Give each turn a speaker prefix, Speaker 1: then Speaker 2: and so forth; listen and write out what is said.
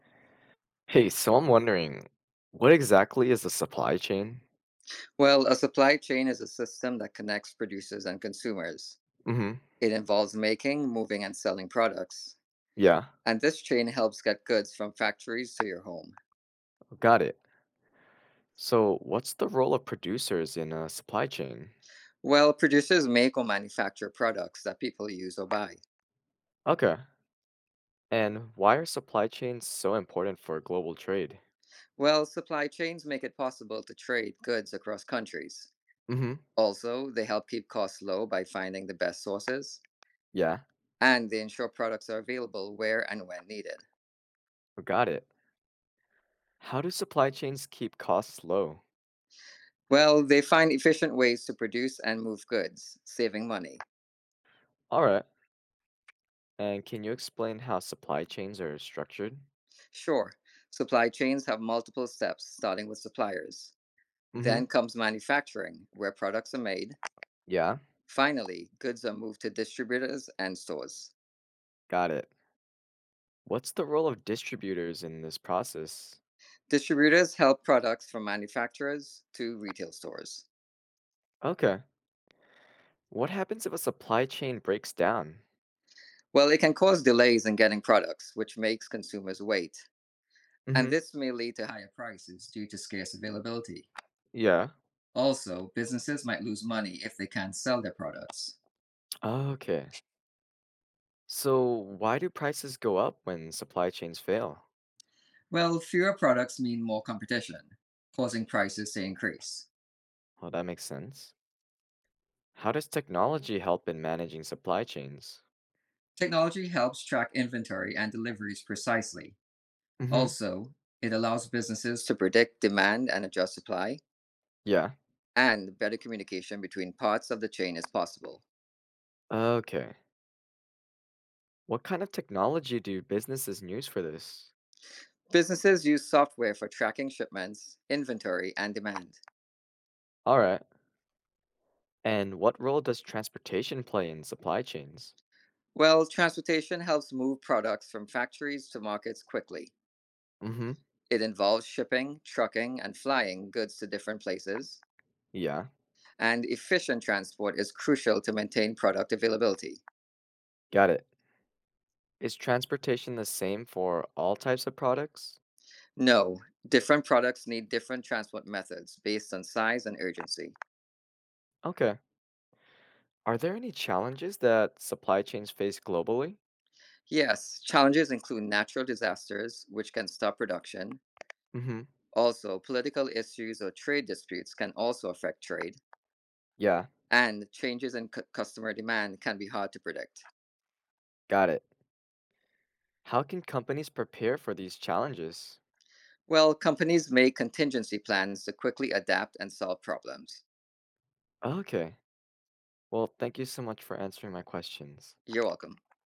Speaker 1: Hey, so I'm wondering, what exactly is a supply chain?
Speaker 2: Well, a supply chain is a system that connects producers and consumers.
Speaker 1: Hmm.
Speaker 2: It involves making, moving, and selling products.
Speaker 1: Yeah,
Speaker 2: And this chain helps get goods from factories to your home.
Speaker 1: got it. So, what's the role of producers in a supply chain?
Speaker 2: Well, producers make or manufacture products that people use or buy.
Speaker 1: Okay. And why are supply chains so important for global trade?
Speaker 2: Well, supply chains make it possible to trade goods across countries.
Speaker 1: Hmm.
Speaker 2: Also, they help keep costs low by finding the best sources,
Speaker 1: Yeah,
Speaker 2: and they ensure products are available where and when needed.
Speaker 1: got it. How do supply chains keep costs low?
Speaker 2: Well, they find efficient ways to produce and move goods, saving money.
Speaker 1: All right. And can you explain how supply chains are structured?
Speaker 2: Sure, supply chains have multiple steps, starting with suppliers.
Speaker 1: Hmm.
Speaker 2: Then comes manufacturing, where products are made.
Speaker 1: Yeah,
Speaker 2: Finally, goods are moved to distributors and stores.
Speaker 1: got it. What's the role of distributors in this process?
Speaker 2: Distributors help products from manufacturers to retail stores.
Speaker 1: Okay. What happens if a supply chain breaks down?
Speaker 2: Well, it can cause delays in getting products, which makes consumers wait. And
Speaker 1: Mhm.
Speaker 2: this may lead to higher prices due to scarce availability.
Speaker 1: Yeah.
Speaker 2: Also, businesses might lose money if they can't sell their products.
Speaker 1: Okay. So why do prices go up when supply chains fail?
Speaker 2: Well, fewer products mean more competition, causing prices to increase.
Speaker 1: Well, that makes sense. How does technology help in managing supply chains?
Speaker 2: Technology helps track inventory and deliveries precisely.
Speaker 1: Mhm.
Speaker 2: Also, it allows businesses to predict demand and adjust supply,
Speaker 1: Yeah.
Speaker 2: and better communication between parts of the chain is possible.
Speaker 1: Okay. What kind of technology do businesses use for this?
Speaker 2: Businesses use software for tracking shipments, inventory, and demand.
Speaker 1: All right. And what role does transportation play in supply chains?
Speaker 2: Well, transportation helps move products from factories to markets quickly.
Speaker 1: Mhm.
Speaker 2: It involves shipping, trucking, and flying goods to different places,
Speaker 1: Yeah.
Speaker 2: and efficient transport is crucial to maintain product availability.
Speaker 1: Got it. Is transportation the same for all types of products?
Speaker 2: No, different products need different transport methods based on size and urgency.
Speaker 1: Okay. Are there any challenges that supply chains face globally?
Speaker 2: Yes, challenges include natural disasters, which can stop production.
Speaker 1: Mhm.
Speaker 2: Also, political issues or trade disputes can also affect trade,
Speaker 1: Yeah.
Speaker 2: and changes in customer demand can be hard to predict.
Speaker 1: Got it. How can companies prepare for these challenges?
Speaker 2: Well, companies make contingency plans to quickly adapt and solve problems.
Speaker 1: Okay. Well, thank you so much for answering my questions.
Speaker 2: You're welcome.